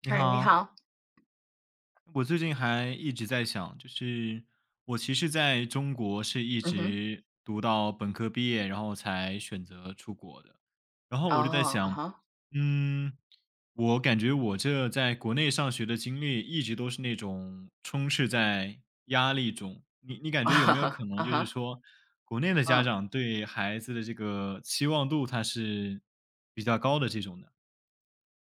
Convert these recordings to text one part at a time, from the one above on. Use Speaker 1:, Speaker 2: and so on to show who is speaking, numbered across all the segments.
Speaker 1: 你
Speaker 2: 汉语你
Speaker 1: 好，
Speaker 2: 好，
Speaker 1: 我最近还一直在想，就是我其实在中国是一
Speaker 2: 嗯哼，
Speaker 1: 直读到本科毕业，然后才选择出国的。然后我就在
Speaker 2: 哦，啊
Speaker 1: 想，
Speaker 2: 哈，
Speaker 1: 嗯，我感觉我这在国内上学的经历一直都是那种充斥在压力中。你 感
Speaker 2: 啊
Speaker 1: 觉有没有可
Speaker 2: 哈，
Speaker 1: 能
Speaker 2: 啊
Speaker 1: 就是
Speaker 2: 哈
Speaker 1: 说，国内的家
Speaker 2: 嗯。
Speaker 1: 长对孩子的这个期望度，它是比较高的这种的？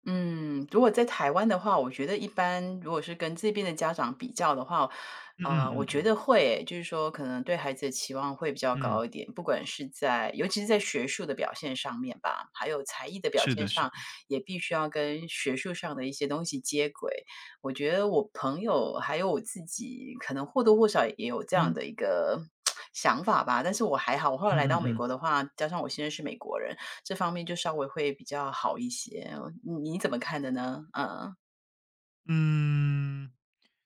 Speaker 2: 嗯，如果在台湾的话，我觉得一般如果是跟这边的家长比较的话，
Speaker 1: 嗯嗯
Speaker 2: 我
Speaker 1: 嗯
Speaker 2: 觉
Speaker 1: 嗯
Speaker 2: 得会，就是说可能对孩子的期望会比较
Speaker 1: 嗯，
Speaker 2: 高一点，不管是在尤其是在学术的表现上面吧，还有才艺的表
Speaker 1: 是
Speaker 2: 现
Speaker 1: 的，是
Speaker 2: 上，
Speaker 1: 的，
Speaker 2: 也必须要跟学术上的一些东西接轨。我觉得我朋友还有我自己，可能或多或少也有这样
Speaker 1: 嗯
Speaker 2: 的一个 想法吧，但是我还好，我后来
Speaker 1: 嗯
Speaker 2: 来
Speaker 1: 嗯
Speaker 2: 到美国
Speaker 1: 嗯。
Speaker 2: 的话，加上我现在是美国人。这方面就稍微会比较好一些，你怎么看的呢？嗯，
Speaker 1: 嗯，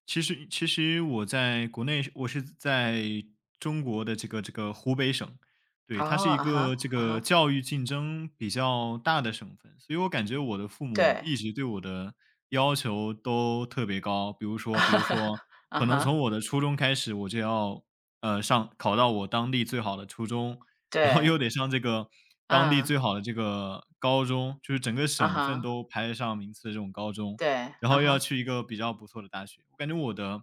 Speaker 1: 其实我在国内是我是在中国的这个湖北省，对，
Speaker 2: 哦，
Speaker 1: 它是一
Speaker 2: 啊哈，
Speaker 1: 个这
Speaker 2: 啊
Speaker 1: 个
Speaker 2: 哈，
Speaker 1: 教育竞争比较大的省份，所以我感觉我的父母
Speaker 2: 对，
Speaker 1: 一直对我的要求都特别高，比如说，
Speaker 2: 啊
Speaker 1: 可能
Speaker 2: 哈，
Speaker 1: 从我的初中开始，我就要上考到我当地最好的初中，然后
Speaker 2: 对，
Speaker 1: 又得上这个当地
Speaker 2: 嗯，
Speaker 1: 最好的这个高中，就是整个
Speaker 2: 啊
Speaker 1: 省份
Speaker 2: 哈，
Speaker 1: 都排得上名次的这种高中。
Speaker 2: 对，
Speaker 1: 然
Speaker 2: 啊
Speaker 1: 后又要
Speaker 2: 哈，
Speaker 1: 去一个比较不错的大学。我感觉我的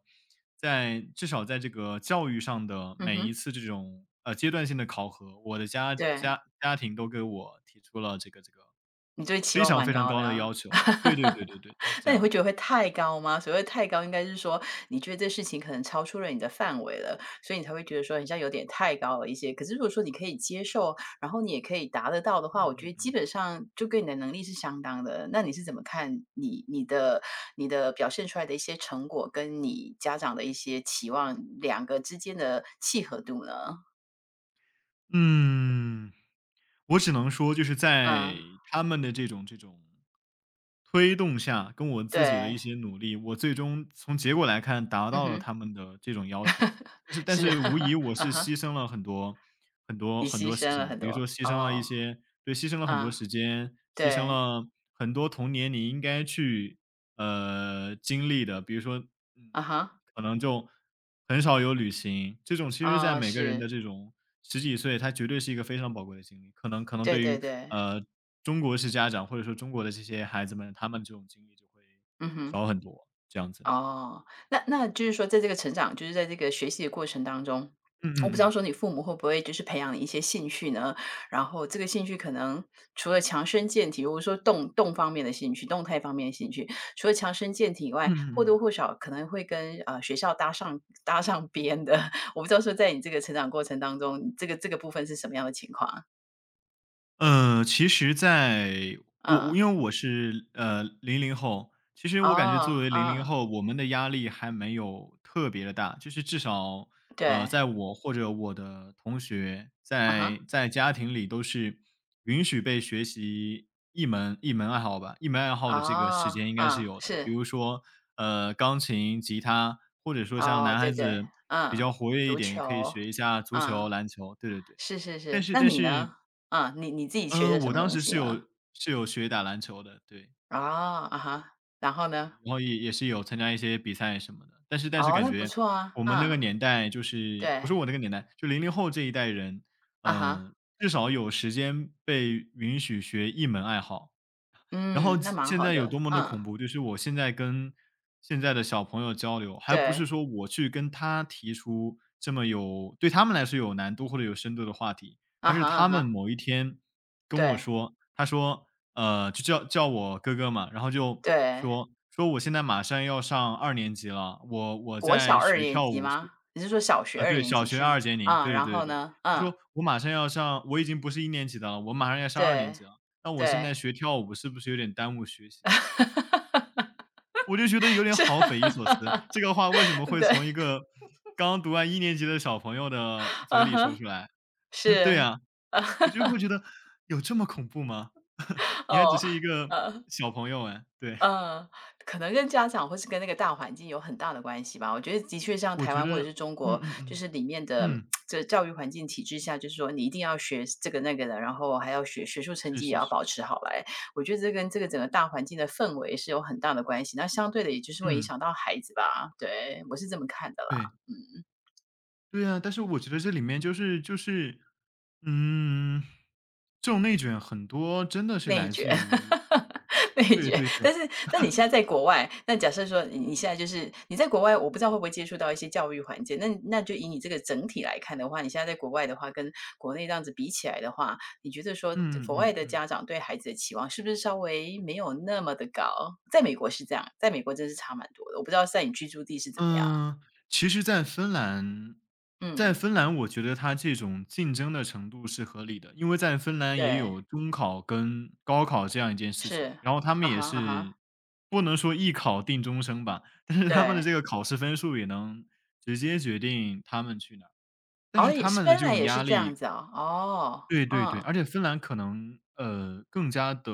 Speaker 1: 在至少在这个教育上的
Speaker 2: 嗯
Speaker 1: 每一
Speaker 2: 哼，
Speaker 1: 次这种，阶段性的考核，我的家
Speaker 2: 对，
Speaker 1: 家家庭都给我提出了这个
Speaker 2: 你对期
Speaker 1: 非
Speaker 2: 望
Speaker 1: 常
Speaker 2: 蛮
Speaker 1: 非常
Speaker 2: 高
Speaker 1: 高
Speaker 2: 的
Speaker 1: 的
Speaker 2: 啊。
Speaker 1: 要求。对对对对对，就是 这
Speaker 2: 那你会
Speaker 1: 样的。
Speaker 2: 觉得会太高吗？所谓太高应该是说，你觉得这事情可能超出了你的范围了，所以你才会觉得说很像有点太高了一些。可是如果说你可以接受，然后你也可以达得到的话，
Speaker 1: 嗯
Speaker 2: 我觉
Speaker 1: 嗯
Speaker 2: 得基
Speaker 1: 嗯。
Speaker 2: 本上就跟你的能力是相当的。那你是怎么看你的表现出来的一些成果，跟你家长的一些期望两个之间的契合度呢？
Speaker 1: 嗯我只能说就是在
Speaker 2: 嗯，
Speaker 1: 他们的这种推动下，跟我自己的
Speaker 2: 对，
Speaker 1: 一些努力，我最终从结果来看达
Speaker 2: 嗯
Speaker 1: 到了
Speaker 2: 哼，
Speaker 1: 他们的这种要求。但是但
Speaker 2: 是，
Speaker 1: 是无 疑我
Speaker 2: 啊
Speaker 1: 是
Speaker 2: 哈，
Speaker 1: 牺牲了很多很多
Speaker 2: 你
Speaker 1: 很
Speaker 2: 牺
Speaker 1: 多事
Speaker 2: 牲了
Speaker 1: 情的，
Speaker 2: 很
Speaker 1: 比如
Speaker 2: 多，
Speaker 1: 说牺牲了一
Speaker 2: 哦，
Speaker 1: 些对，牺牲了很多
Speaker 2: 嗯，
Speaker 1: 时间，牺牲
Speaker 2: 对，
Speaker 1: 了很多童年你应该去，经历的。比如说，
Speaker 2: 啊
Speaker 1: 嗯，
Speaker 2: 哈。
Speaker 1: 可能就很少有旅行，这种其实在
Speaker 2: 啊，
Speaker 1: 每个人
Speaker 2: 是，
Speaker 1: 的这种十几岁，它绝对是一个非常宝贵的经历。可能
Speaker 2: 对
Speaker 1: 对
Speaker 2: 对
Speaker 1: 于，
Speaker 2: 对，
Speaker 1: 呃，中国式家长或者说中国的这些孩子们，他们这种经历就会
Speaker 2: 嗯哼，
Speaker 1: 少很多，这样子。
Speaker 2: 哦，那就是说在这个成长，就是在这个学习的过程当中，
Speaker 1: 嗯
Speaker 2: 我
Speaker 1: 嗯
Speaker 2: 不知道
Speaker 1: 嗯。
Speaker 2: 说你父母会不会就是培养你一些兴趣呢？然后这个兴趣可能除了强身健体，如果说动方面的兴趣、动态方面的兴趣，除了强身健体以外，
Speaker 1: 嗯
Speaker 2: 或
Speaker 1: 嗯嗯。
Speaker 2: 多或少可能会跟学校搭上边的。我不知道说在你这个成长过程当中，这个部分是什么样的情况啊？
Speaker 1: 其实在我
Speaker 2: 嗯，
Speaker 1: 因为我是，零零后，其实我感觉
Speaker 2: 哦，
Speaker 1: 作为零零
Speaker 2: 啊，
Speaker 1: 后，我们的压力还没有特别的大。就是至少，
Speaker 2: 对，
Speaker 1: 在我或者我的同学，
Speaker 2: 啊
Speaker 1: 在
Speaker 2: 哈。
Speaker 1: 在家庭里都是允许被学习一门爱好吧，一门爱好的这个时
Speaker 2: 哦，
Speaker 1: 间应该是
Speaker 2: 嗯，
Speaker 1: 有的。比
Speaker 2: 是，
Speaker 1: 如说，呃，钢琴、吉他，或者说像
Speaker 2: 哦，
Speaker 1: 男
Speaker 2: 对
Speaker 1: 孩
Speaker 2: 对，
Speaker 1: 子比
Speaker 2: 嗯，
Speaker 1: 较活跃一
Speaker 2: 足
Speaker 1: 点，也可以
Speaker 2: 球，
Speaker 1: 学一下足
Speaker 2: 嗯，
Speaker 1: 球、篮球，对对对。
Speaker 2: 是是
Speaker 1: 但
Speaker 2: 是，
Speaker 1: 是
Speaker 2: 那
Speaker 1: 但
Speaker 2: 你呢？
Speaker 1: 是
Speaker 2: 嗯，你自己学的
Speaker 1: 嗯，
Speaker 2: 什
Speaker 1: 我
Speaker 2: 么
Speaker 1: 当
Speaker 2: 东
Speaker 1: 时
Speaker 2: 西
Speaker 1: 是有
Speaker 2: 呢？
Speaker 1: 是有学打篮球的，对，
Speaker 2: 哦，啊哈，然后呢？
Speaker 1: 然后也也是有参加一些比赛什么的。但是
Speaker 2: 哦，
Speaker 1: 感
Speaker 2: 那不
Speaker 1: 觉
Speaker 2: 错啊，
Speaker 1: 我们那个
Speaker 2: 嗯，
Speaker 1: 年代就是不是
Speaker 2: 对，
Speaker 1: 我那个年代，就零零后这一代人，
Speaker 2: 啊哈，
Speaker 1: 至少有时间被允许学一门爱好。然后
Speaker 2: 嗯，那蛮
Speaker 1: 现
Speaker 2: 好
Speaker 1: 在有
Speaker 2: 的，
Speaker 1: 多么的
Speaker 2: 嗯，
Speaker 1: 恐怖，就是我现在跟现在的小朋友交流，还不是
Speaker 2: 对，
Speaker 1: 说我去跟他提出这么有对他们来说有难度或者有深度的话题，
Speaker 2: 啊
Speaker 1: 而是
Speaker 2: 哈啊
Speaker 1: 他们
Speaker 2: 哈，
Speaker 1: 某一天跟我
Speaker 2: 对
Speaker 1: 说，他说，就叫我哥哥嘛，然后就
Speaker 2: 对，
Speaker 1: 说我现在马上要上二年级了，我
Speaker 2: 国小
Speaker 1: 在
Speaker 2: 二
Speaker 1: 学
Speaker 2: 年
Speaker 1: 跳
Speaker 2: 级
Speaker 1: 舞，是
Speaker 2: 吗？你是说小学
Speaker 1: 啊，
Speaker 2: 二
Speaker 1: 对，
Speaker 2: 年
Speaker 1: 小
Speaker 2: 级
Speaker 1: 学
Speaker 2: 是吗？
Speaker 1: 二年级，
Speaker 2: 啊，
Speaker 1: 对对
Speaker 2: 然
Speaker 1: 对对
Speaker 2: 后
Speaker 1: 对。
Speaker 2: 呢？
Speaker 1: 他
Speaker 2: 嗯，
Speaker 1: 说：“我马上要上我已经不是一年级的了，我马上要上二年
Speaker 2: 对
Speaker 1: 级了，那我现
Speaker 2: 对，
Speaker 1: 在学跳舞是不是有点耽误学习？” 我就觉得有点
Speaker 2: 是，
Speaker 1: 好匪夷所思，这个话为什么会
Speaker 2: 对，
Speaker 1: 从一个刚读完一年级的小朋友的嘴
Speaker 2: 啊
Speaker 1: 里说
Speaker 2: 哈，
Speaker 1: 出来？对
Speaker 2: 是。
Speaker 1: 啊，我就会觉得有这么恐怖吗？你还只
Speaker 2: 哦，
Speaker 1: 是一个
Speaker 2: 呃，
Speaker 1: 小朋友哎，对。
Speaker 2: 呃，可能跟家长或是跟那个大环境有很大的关系吧。我觉得的确像
Speaker 1: 我
Speaker 2: 台
Speaker 1: 觉
Speaker 2: 湾或者
Speaker 1: 得
Speaker 2: 是中
Speaker 1: 嗯
Speaker 2: 国，
Speaker 1: 嗯
Speaker 2: 就
Speaker 1: 嗯，
Speaker 2: 是里面的
Speaker 1: 嗯，
Speaker 2: 这教育环境体制下，就是说你一定要学这个那个的，然后还要学学术成
Speaker 1: 是
Speaker 2: 绩也
Speaker 1: 是
Speaker 2: 要
Speaker 1: 是，
Speaker 2: 保持好来。我觉得这跟这个整个大环境的氛围是有很大的关系，那相对的也就是会影
Speaker 1: 嗯，
Speaker 2: 响到孩子吧。对，我是这么看的啦，
Speaker 1: 对。
Speaker 2: 嗯。
Speaker 1: 对啊，但是我觉得这里面就是就是，嗯，这种内卷很多真的是
Speaker 2: 内
Speaker 1: 来
Speaker 2: 卷，
Speaker 1: 自于
Speaker 2: 内
Speaker 1: 对
Speaker 2: 卷。
Speaker 1: 对对，
Speaker 2: 但是，那你现在在国外，那假设说你现在就是你在国外，我不知道会不会接触到一些教育环境。那就以你这个整体来看的话，你现在在国外的话，跟国内这样子比起来的话，你觉得说
Speaker 1: 嗯
Speaker 2: 国外
Speaker 1: 嗯
Speaker 2: 的
Speaker 1: 嗯。
Speaker 2: 家长对孩子的期望是不是稍微没有那么的高？在美国是这样，在美国真是差蛮多的。我不知道在你居住地是怎么样。
Speaker 1: 嗯，其实在芬兰在
Speaker 2: 嗯，
Speaker 1: 芬兰我觉得他这种竞争的程度是合理的，因为在芬兰也
Speaker 2: 对，
Speaker 1: 有中考跟高考这样一件事情，
Speaker 2: 是，
Speaker 1: 然后他们
Speaker 2: 啊
Speaker 1: 也
Speaker 2: 哈啊
Speaker 1: 是
Speaker 2: 哈，
Speaker 1: 不能说一考定终生吧，但是他们的
Speaker 2: 对。
Speaker 1: 这个考试分数也能直接决定他们去哪儿，但
Speaker 2: 哦，
Speaker 1: 是
Speaker 2: 也
Speaker 1: 他
Speaker 2: 是
Speaker 1: 们的
Speaker 2: 芬
Speaker 1: 这
Speaker 2: 兰
Speaker 1: 种
Speaker 2: 也是
Speaker 1: 压
Speaker 2: 这样
Speaker 1: 力
Speaker 2: 子哦，哦，
Speaker 1: 对对对，
Speaker 2: 嗯，
Speaker 1: 而且芬兰可能，更加的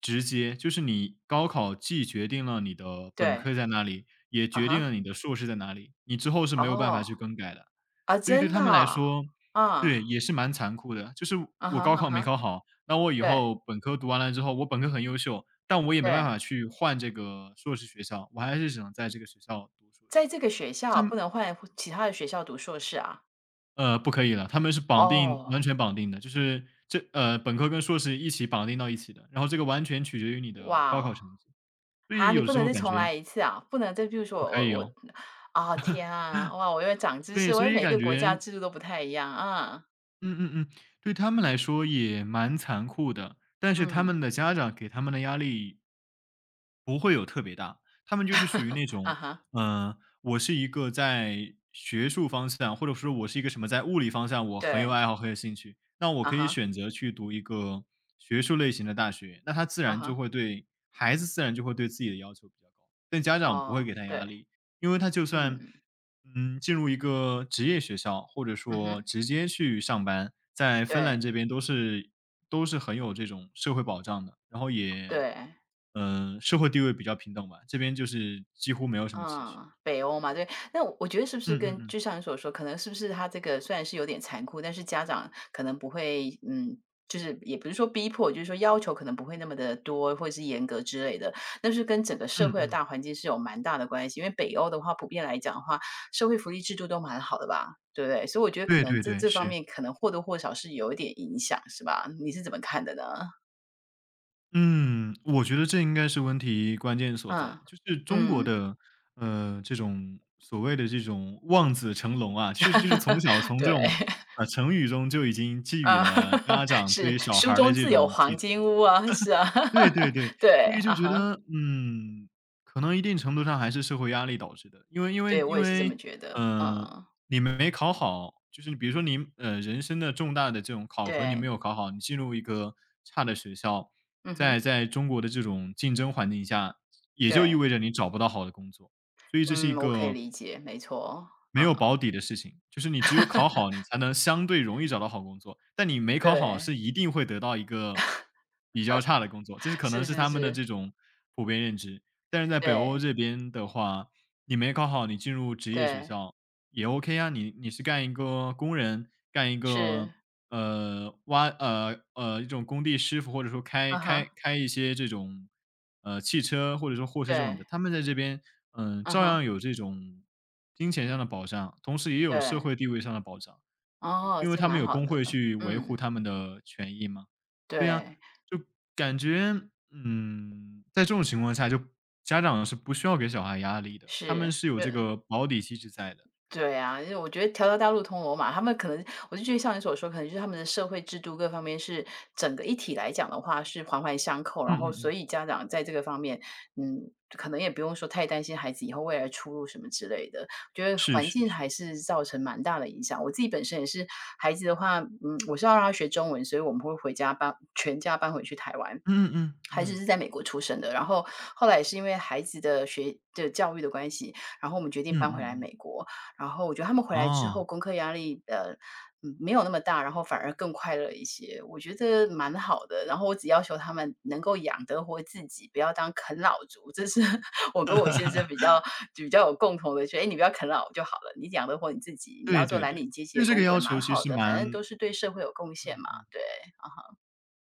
Speaker 1: 直接，就是你高考既决定了你的本
Speaker 2: 对，
Speaker 1: 科在哪里，也
Speaker 2: 啊
Speaker 1: 决定
Speaker 2: 哈。
Speaker 1: 了你的硕士在哪里，你之后是没有办法
Speaker 2: 哦，
Speaker 1: 去更改的。
Speaker 2: 啊，
Speaker 1: 所以对
Speaker 2: 真
Speaker 1: 他
Speaker 2: 的
Speaker 1: 们来
Speaker 2: 啊？
Speaker 1: 说
Speaker 2: 啊，
Speaker 1: 对，也是蛮残酷的，就是
Speaker 2: 啊
Speaker 1: 我
Speaker 2: 哈，
Speaker 1: 高
Speaker 2: 啊
Speaker 1: 考没
Speaker 2: 哈，
Speaker 1: 考好，那我以
Speaker 2: 对，
Speaker 1: 后本科读完了之后，我本科很优秀，但我也没办
Speaker 2: 对，
Speaker 1: 法去换这个硕士学校，我还是只能在这个学校读硕士。
Speaker 2: 在这个学校
Speaker 1: 他们
Speaker 2: 不能换其他的学校读硕士啊？
Speaker 1: 不可以了，他们是绑定
Speaker 2: 哦，
Speaker 1: 完全绑定的，就是这本科跟硕士一起绑定到一起的，然后这个完全取决于你的
Speaker 2: 哇
Speaker 1: 高
Speaker 2: 哦，
Speaker 1: 考成绩，所
Speaker 2: 啊，
Speaker 1: 以
Speaker 2: 你
Speaker 1: 有
Speaker 2: 不
Speaker 1: 时
Speaker 2: 能
Speaker 1: 候
Speaker 2: 再
Speaker 1: 感
Speaker 2: 重
Speaker 1: 觉
Speaker 2: 来一次啊？不能再比如说
Speaker 1: 不
Speaker 2: 我
Speaker 1: 可
Speaker 2: 我
Speaker 1: 以
Speaker 2: 我
Speaker 1: 哦。
Speaker 2: 啊，天啊，哇，我又长知
Speaker 1: 对，
Speaker 2: 识，我
Speaker 1: 所
Speaker 2: 觉为
Speaker 1: 以
Speaker 2: 每一
Speaker 1: 感
Speaker 2: 个国家
Speaker 1: 觉
Speaker 2: 制度都不太一样啊，
Speaker 1: 嗯嗯嗯，对他们来说也蛮残酷的，但是他
Speaker 2: 嗯，
Speaker 1: 们的家长给他们的压力他们就是属于那
Speaker 2: 啊
Speaker 1: 种，
Speaker 2: 哈，
Speaker 1: 嗯、我是一个在学术方向，或者说我是一个什么在物理方向，我很有
Speaker 2: 对，
Speaker 1: 爱好，很有兴趣，那我
Speaker 2: 啊
Speaker 1: 可以
Speaker 2: 哈，
Speaker 1: 选择去读一个学术类型的大学，那他自
Speaker 2: 啊
Speaker 1: 然就
Speaker 2: 哈，
Speaker 1: 会对孩子自然就会对自己的要求比较高，但家长不会
Speaker 2: 哦，
Speaker 1: 给他压
Speaker 2: 对，
Speaker 1: 力，因为他就算
Speaker 2: 嗯，
Speaker 1: 进入一个职业学校，或者
Speaker 2: 嗯
Speaker 1: 说
Speaker 2: 哼，
Speaker 1: 直接去上班，在芬兰
Speaker 2: 对，
Speaker 1: 这边都是都是很有这种社会保障的，然后也，
Speaker 2: 对。
Speaker 1: 社会地位比较平等吧，这边就是几乎没有什么歧视。
Speaker 2: 嗯，北欧嘛，
Speaker 1: 对，
Speaker 2: 对。那我觉得是不
Speaker 1: 嗯
Speaker 2: 是
Speaker 1: 嗯
Speaker 2: 跟
Speaker 1: 嗯，
Speaker 2: 就像你所说，可能是不是他这个虽然是有点残酷，但是家长可能不会，嗯，就是也不是说逼迫，就是说要求可能不会那么的多，或者是严格之类的。但是跟整个社
Speaker 1: 嗯
Speaker 2: 会的
Speaker 1: 嗯，
Speaker 2: 大环境是有蛮大的关系，因为北欧的话，普遍来讲的话，社会福利制度都蛮好的吧，对不对？所以我觉得可
Speaker 1: 对
Speaker 2: 能
Speaker 1: 对
Speaker 2: 这
Speaker 1: 对，
Speaker 2: 这方
Speaker 1: 是。
Speaker 2: 面可能或多或少是有一点影响，是吧？你是怎么看的呢？
Speaker 1: 嗯，我觉得这应该是问题关键所在。
Speaker 2: 嗯
Speaker 1: 就是中国
Speaker 2: 嗯，
Speaker 1: 的，这种所谓的这种望子成龙啊，其实就是从小 从这
Speaker 2: 对。
Speaker 1: 种，成语中就已经寄予
Speaker 2: 啊，
Speaker 1: 了家 长对
Speaker 2: 是，
Speaker 1: 于小
Speaker 2: 书
Speaker 1: 孩儿的
Speaker 2: 中
Speaker 1: 这
Speaker 2: 自有
Speaker 1: 种
Speaker 2: 黄
Speaker 1: 寄
Speaker 2: 金
Speaker 1: 托。
Speaker 2: 屋啊，是啊，
Speaker 1: 对对对，
Speaker 2: 对，
Speaker 1: 所以就
Speaker 2: 啊
Speaker 1: 觉
Speaker 2: 哈，
Speaker 1: 得，可能一定程度上还是社会压力导致的。因为因为
Speaker 2: 对，我
Speaker 1: 因
Speaker 2: 也是这么
Speaker 1: 为，
Speaker 2: 觉得，
Speaker 1: 呃，
Speaker 2: 嗯，
Speaker 1: 你没考好，就是比如说你，人生的重大的这种考核你没
Speaker 2: 对，
Speaker 1: 有考好，你进入一个差的学校，
Speaker 2: 嗯
Speaker 1: 在
Speaker 2: 哼，
Speaker 1: 在中国的这种竞争环境下，也就意
Speaker 2: 对，
Speaker 1: 味着你找不到好的工作。所以这是一
Speaker 2: 嗯，我可以
Speaker 1: 个
Speaker 2: 理解，没错，
Speaker 1: 没
Speaker 2: 嗯，
Speaker 1: 有保底的事情，就是你只有考好，你才能相对容易找到好工作，但你没考好是
Speaker 2: 对，
Speaker 1: 一定会得到一个比较差的工作，这是可
Speaker 2: 是
Speaker 1: 能是
Speaker 2: 是
Speaker 1: 他们的
Speaker 2: 是，
Speaker 1: 这种普遍认知。但是在北欧
Speaker 2: 对
Speaker 1: 这边的话，你没考好，你进入职业学
Speaker 2: 对，
Speaker 1: 校也 OK 啊，你你是干一个工人，干一个
Speaker 2: 是，
Speaker 1: 一种工地师傅，或者说开
Speaker 2: 嗯哼，
Speaker 1: 开开一些这种，汽车或者说货车这种的，
Speaker 2: 对，
Speaker 1: 他们在这边，
Speaker 2: 嗯
Speaker 1: 照
Speaker 2: 哼，
Speaker 1: 样有这种金钱上的保障，同时也有社
Speaker 2: 对，
Speaker 1: 会地位上的保障。因为
Speaker 2: 哦，
Speaker 1: 因为
Speaker 2: 这
Speaker 1: 他们
Speaker 2: 蛮
Speaker 1: 有
Speaker 2: 好
Speaker 1: 工
Speaker 2: 的，
Speaker 1: 会去维护
Speaker 2: 嗯，
Speaker 1: 他们的权益嘛。对呀，
Speaker 2: 对，
Speaker 1: 就感觉，在这种情况下，就家长是不需要给小孩压力的，他们
Speaker 2: 是，
Speaker 1: 是有
Speaker 2: 对，
Speaker 1: 这个保底机制在的，对。
Speaker 2: 对啊，因为我觉得条条大路通罗马，他们可能我就觉得像你所说，可能就是他们的社会制度各方面是整个一体来讲的话是环环相扣，然
Speaker 1: 嗯
Speaker 2: 后
Speaker 1: 嗯
Speaker 2: 所
Speaker 1: 嗯，
Speaker 2: 以家长在这个方面，嗯，可能也不用说太担心孩子以后未来出路什么之类的。觉得
Speaker 1: 是
Speaker 2: 环
Speaker 1: 是
Speaker 2: 境还
Speaker 1: 是，
Speaker 2: 是造成蛮大的影响。我自己本身也是孩子的话，嗯，我是要让他学中文，所以我们会回家搬全家搬回去台湾。
Speaker 1: 嗯嗯
Speaker 2: 孩子是
Speaker 1: 嗯，
Speaker 2: 在美国出生的，然后后来也是因为孩子的学的教育的关系，然后我们决
Speaker 1: 嗯，
Speaker 2: 定搬
Speaker 1: 嗯
Speaker 2: 回
Speaker 1: 嗯
Speaker 2: 来
Speaker 1: 嗯。
Speaker 2: 美国。然后我觉得他们回来之后，
Speaker 1: 哦，
Speaker 2: 功课压力没有那么大，然后反而更快乐一些，我觉得蛮好的。然后我只要求他们能够养得活自己，不要当啃老族，这是 我跟我先生比较有共同的，觉得哎你不要啃老就好了，你养得活你自己，你要
Speaker 1: 对
Speaker 2: 做
Speaker 1: 对
Speaker 2: 蓝
Speaker 1: 对，
Speaker 2: 领阶级的
Speaker 1: 对这个
Speaker 2: 工作也
Speaker 1: 要
Speaker 2: 蛮
Speaker 1: 求其
Speaker 2: 好
Speaker 1: 实
Speaker 2: 的，反正
Speaker 1: 蛮
Speaker 2: 都是对社会有贡献
Speaker 1: 嗯
Speaker 2: 嘛。
Speaker 1: 嗯。
Speaker 2: 对，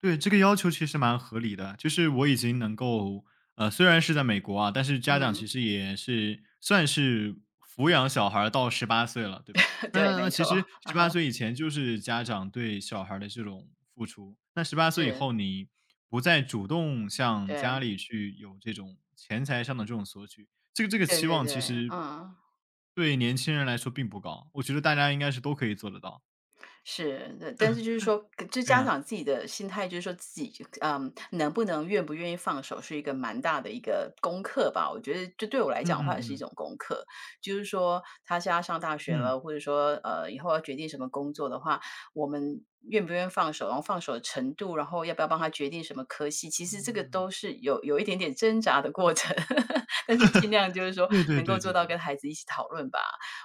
Speaker 1: 对，这个要求其实蛮合理的，就是我已经能够，虽然是在美国啊，但是家长
Speaker 2: 嗯，
Speaker 1: 其实也是算是抚养小孩儿到18岁了，对吧？那
Speaker 2: 对，没
Speaker 1: 其
Speaker 2: 错，
Speaker 1: 实
Speaker 2: 啊
Speaker 1: 十八
Speaker 2: 哈，
Speaker 1: 岁以前就是家长对小孩儿的这种付出，那十八岁以
Speaker 2: 是。
Speaker 1: 后你不再主动向家
Speaker 2: 对，
Speaker 1: 里去有这种钱财上的这种索取，这个
Speaker 2: 对
Speaker 1: 期
Speaker 2: 对
Speaker 1: 望其
Speaker 2: 对，
Speaker 1: 实
Speaker 2: 嗯，
Speaker 1: 对年轻人来说并不高，我觉得大家应该是都可以做得到。
Speaker 2: 是的。但是就是说，就
Speaker 1: 对
Speaker 2: 家
Speaker 1: 呀。
Speaker 2: 长自己的心态，就是说自己，嗯，能不能愿不愿意放手，是一个蛮大的一个功课吧。我觉得这对我来
Speaker 1: 嗯
Speaker 2: 讲的话，
Speaker 1: 嗯
Speaker 2: 也是一
Speaker 1: 嗯。
Speaker 2: 种功课。就是说，他现在上大学
Speaker 1: 嗯。
Speaker 2: 了，或者说，以后要决定什么工作的话，我们愿不愿意放手，然后放手的程度，然后要不要帮他决定什么科系，其实这个
Speaker 1: 嗯。
Speaker 2: 都是有一点点挣扎的过程。但是尽量就是说，
Speaker 1: 对对
Speaker 2: 能够
Speaker 1: 对
Speaker 2: 做
Speaker 1: 对
Speaker 2: 到
Speaker 1: 对。
Speaker 2: 跟孩子一起讨论吧。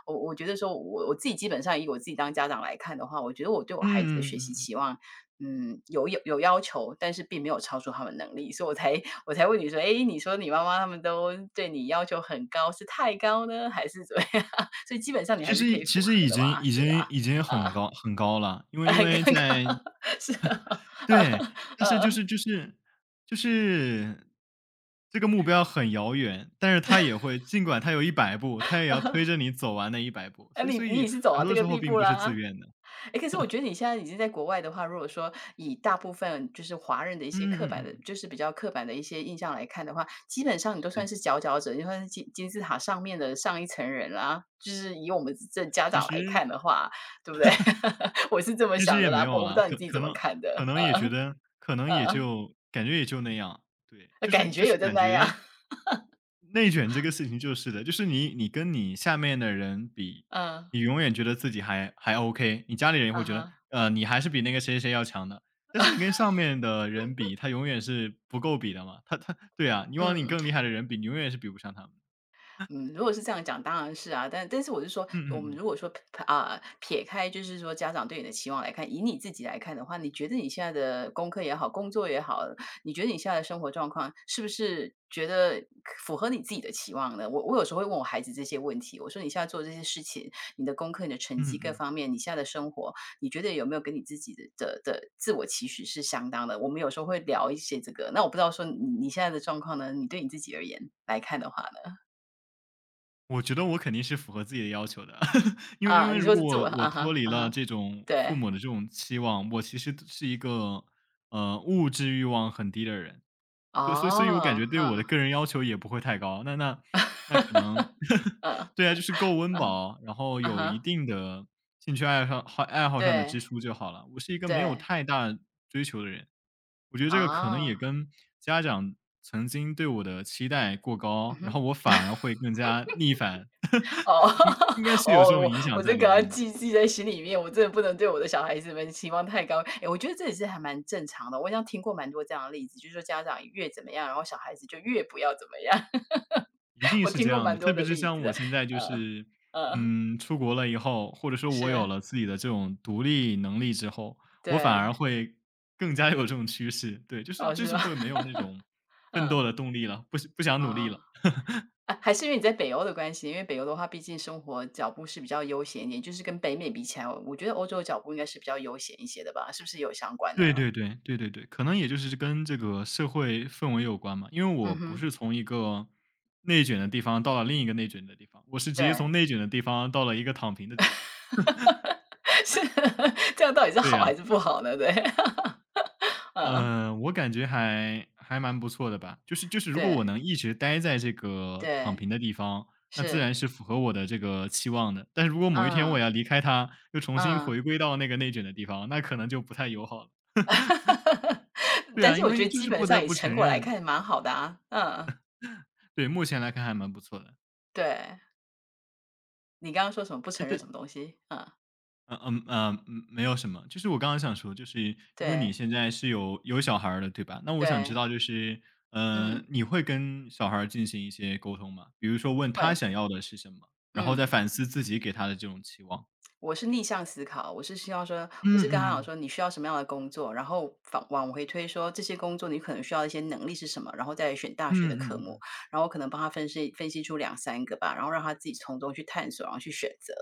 Speaker 2: 我觉得说我自己基本上以我自己当家长来看的话，我觉得我对
Speaker 1: 嗯
Speaker 2: 我孩子的
Speaker 1: 嗯嗯
Speaker 2: 学习
Speaker 1: 嗯
Speaker 2: 期
Speaker 1: 嗯。
Speaker 2: 望，嗯，有要求，但是并没有超出他们能力，所以我才问你说，哎，你说你妈妈他们都对你要求很高，是太高呢，还是怎么样？所以基本上你还是可以符
Speaker 1: 其
Speaker 2: 合
Speaker 1: 实已
Speaker 2: 的
Speaker 1: 经
Speaker 2: 嘛，
Speaker 1: 已
Speaker 2: 对
Speaker 1: 经已经
Speaker 2: 吧？
Speaker 1: 很
Speaker 2: 啊，
Speaker 1: 高很高了，因 为因
Speaker 2: 很
Speaker 1: 为
Speaker 2: 尴
Speaker 1: 在
Speaker 2: 尬，是啊，
Speaker 1: 对，但
Speaker 2: 呃
Speaker 1: 是
Speaker 2: 呃，
Speaker 1: 就是这个目标很遥远，但是他也会尽管他有一百步，他也要推着你走完那一百步，
Speaker 2: 那
Speaker 1: 所以
Speaker 2: 你
Speaker 1: 所
Speaker 2: 你
Speaker 1: 以
Speaker 2: 也是走
Speaker 1: 很
Speaker 2: 到这
Speaker 1: 多
Speaker 2: 个
Speaker 1: 时候
Speaker 2: 地步
Speaker 1: 并不是自
Speaker 2: 啦，
Speaker 1: 愿的。
Speaker 2: 哎，可是我觉得你现在已经在国外的话，如果说以大部分就是华人的一
Speaker 1: 嗯
Speaker 2: 些刻
Speaker 1: 嗯嗯
Speaker 2: 板的，
Speaker 1: 嗯。
Speaker 2: 就是比较刻板的一些印象来看的话，基本上你都
Speaker 1: 是，
Speaker 2: 算是佼佼者，你算是金字塔上面的上一层人啦。就是以我们这家
Speaker 1: 其
Speaker 2: 长来
Speaker 1: 实
Speaker 2: 看的话，对不对？我是这么
Speaker 1: 其实
Speaker 2: 想
Speaker 1: 也
Speaker 2: 的
Speaker 1: 没
Speaker 2: 啦，
Speaker 1: 有
Speaker 2: 我不知
Speaker 1: 了，
Speaker 2: 道你自己怎
Speaker 1: 可
Speaker 2: 么
Speaker 1: 能
Speaker 2: 看的。
Speaker 1: 可能也觉得可能也
Speaker 2: 嗯，
Speaker 1: 就感觉也就那样，对，
Speaker 2: 感觉
Speaker 1: 就
Speaker 2: 有
Speaker 1: 是
Speaker 2: 在
Speaker 1: 感
Speaker 2: 那样。
Speaker 1: 觉 内卷这个事情就是的，就是你跟你下面的人比，
Speaker 2: 嗯，
Speaker 1: 你永远觉得自己还 OK，你家里人也
Speaker 2: 啊
Speaker 1: 会觉得，
Speaker 2: 哈，
Speaker 1: 你还是比那个谁谁谁要强的。但是你跟上面的人比，他永远是不够比的嘛，他对啊，你往你
Speaker 2: 嗯。
Speaker 1: 更厉害的人比，你永远是比不上他们。
Speaker 2: 嗯，如果是这样讲，当然是啊。但是我是说，
Speaker 1: 嗯嗯
Speaker 2: 我们
Speaker 1: 嗯
Speaker 2: 如果说啊、撇开就是说家长对你的期望来看，以你自己来看的话，你觉得你现在的功课也好，工作也好，你觉得你现在的生活状况是不是觉得符合你自己的期望呢？我有时候会问我孩子这些问题，我说你现在做这些事情，你的功课、你的成绩
Speaker 1: 嗯
Speaker 2: 各
Speaker 1: 嗯。
Speaker 2: 方面，你现在的生活，你觉得有没有跟你自己的自我期许是相当的？我们有时候会聊一些这个。那我不知道说你现在的状况呢？你对你自己而言来看的话，
Speaker 1: 我觉得我肯定是符合自己的要求的，因为
Speaker 2: 啊，你
Speaker 1: 如
Speaker 2: 说
Speaker 1: 果
Speaker 2: 是自我
Speaker 1: 我
Speaker 2: 啊哈，
Speaker 1: 脱离
Speaker 2: 啊
Speaker 1: 了
Speaker 2: 哈，
Speaker 1: 这种父
Speaker 2: 对，
Speaker 1: 母的这种期望，我其实是一个物质欲望很低的人。所以我感
Speaker 2: 哦，
Speaker 1: 觉对我的
Speaker 2: 嗯，
Speaker 1: 个人要求也不会太高，那可能
Speaker 2: 嗯，
Speaker 1: 对啊，就是够温
Speaker 2: 嗯
Speaker 1: 饱，然后
Speaker 2: 嗯
Speaker 1: 有一
Speaker 2: 哈，
Speaker 1: 定的兴趣爱好上的
Speaker 2: 对，
Speaker 1: 支出就好了。我是一个没有
Speaker 2: 对，
Speaker 1: 太大追求的人，我觉得这个可能
Speaker 2: 啊，
Speaker 1: 也跟家长曾经对我的期待过
Speaker 2: 嗯
Speaker 1: 高，然
Speaker 2: 哼，
Speaker 1: 后我反而会更加逆反，
Speaker 2: 哦
Speaker 1: 应该 是有这
Speaker 2: 哦，
Speaker 1: 种
Speaker 2: 我
Speaker 1: 影响
Speaker 2: 我
Speaker 1: 在
Speaker 2: 这
Speaker 1: 里
Speaker 2: 个要
Speaker 1: 面的。
Speaker 2: 记在心里面，我真的不能对我的小孩子们期望太高。诶，我觉得这也是还蛮正常的，我好像听过蛮多这样的例子，就是说家长越怎么样，然后小孩子就越不要怎么样，
Speaker 1: 一 定
Speaker 2: 我
Speaker 1: 是
Speaker 2: 听
Speaker 1: 这
Speaker 2: 过
Speaker 1: 样
Speaker 2: 蛮
Speaker 1: 的，特
Speaker 2: 多的
Speaker 1: 别是
Speaker 2: 例
Speaker 1: 像
Speaker 2: 子
Speaker 1: 我
Speaker 2: 的，
Speaker 1: 现在就
Speaker 2: 嗯，
Speaker 1: 是，
Speaker 2: 嗯，
Speaker 1: 嗯，出国了以后，或者说我有
Speaker 2: 是，
Speaker 1: 了自己的这种独立能力之后，我反
Speaker 2: 对，
Speaker 1: 而会更加有这种趋势。对，
Speaker 2: 哦，
Speaker 1: 就
Speaker 2: 是
Speaker 1: 是
Speaker 2: 吗？
Speaker 1: 会没有那 种奋
Speaker 2: 嗯，
Speaker 1: 斗的动力了，不想努力
Speaker 2: 啊。
Speaker 1: 了。
Speaker 2: 啊，还是因为你在北欧的关系，因为北欧的话，毕竟生活脚步是比较悠闲一点，就是跟北美比起来，我觉得欧洲的脚步应该是比较悠闲一些的吧？是不是有相关的？
Speaker 1: 对对对对对对，可能也就是跟这个社会氛围有关嘛。因为
Speaker 2: 嗯
Speaker 1: 我不
Speaker 2: 哼，
Speaker 1: 是从一个内卷的地方到了另一个内卷的地方，我是直接
Speaker 2: 对，
Speaker 1: 从内卷的地方到了一个躺平的地方。
Speaker 2: 是 这样到底是
Speaker 1: 对
Speaker 2: 好
Speaker 1: 呀、
Speaker 2: 还是不好呢？对，嗯，
Speaker 1: 嗯，我感觉还蛮不错的吧，就是如果
Speaker 2: 对
Speaker 1: 我能一直待在这个躺
Speaker 2: 对，
Speaker 1: 平的地方，那自
Speaker 2: 是，
Speaker 1: 然是符合我的这个期望的。但是如果某一天我
Speaker 2: 嗯
Speaker 1: 要离开它，又重新
Speaker 2: 嗯，
Speaker 1: 回归到那个内卷的地方，那可能就不太友好了。对
Speaker 2: 但
Speaker 1: 啊，
Speaker 2: 是
Speaker 1: 因
Speaker 2: 我觉
Speaker 1: 为
Speaker 2: 得
Speaker 1: 就
Speaker 2: 基
Speaker 1: 是
Speaker 2: 本
Speaker 1: 不得
Speaker 2: 上以
Speaker 1: 不
Speaker 2: 成
Speaker 1: 承
Speaker 2: 果来
Speaker 1: 认，
Speaker 2: 看，蛮好的啊。嗯，
Speaker 1: 对，目前来看还蛮不错的。
Speaker 2: 对，你刚刚说什么不承
Speaker 1: 哎，
Speaker 2: 认什
Speaker 1: 对，
Speaker 2: 么东西？嗯，
Speaker 1: 嗯嗯嗯。嗯没有什么，就是我刚刚想说，就是因为你
Speaker 2: 对
Speaker 1: 现在是有小孩儿了，对吧？那我想知
Speaker 2: 对，
Speaker 1: 道，就是，呃，
Speaker 2: 嗯，
Speaker 1: 你会跟小孩儿进行一些沟通吗？比如说问他
Speaker 2: 会，
Speaker 1: 想要的是什么，然后再
Speaker 2: 嗯。
Speaker 1: 反思自己给他的这种期望。
Speaker 2: 我是逆向思考，我是希望说，
Speaker 1: 嗯
Speaker 2: 我是
Speaker 1: 嗯
Speaker 2: 跟他讲
Speaker 1: 嗯
Speaker 2: 说你需要什么样的工作，然后反往回推说这些工作你可能需要的一些能力是什么，然后再选
Speaker 1: 嗯
Speaker 2: 大学的
Speaker 1: 嗯
Speaker 2: 科
Speaker 1: 嗯
Speaker 2: 目，
Speaker 1: 嗯。
Speaker 2: 然后可能帮他分析分析出两三个吧，然后让他自己从中去探索，然后去选择。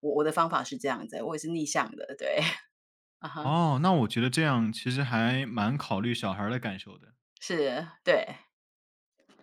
Speaker 2: 我的方法是这样子，我也是逆向的，对，啊哈，
Speaker 1: 哦，那我觉得这样其实还蛮考虑小孩儿的感受的。
Speaker 2: 是，对。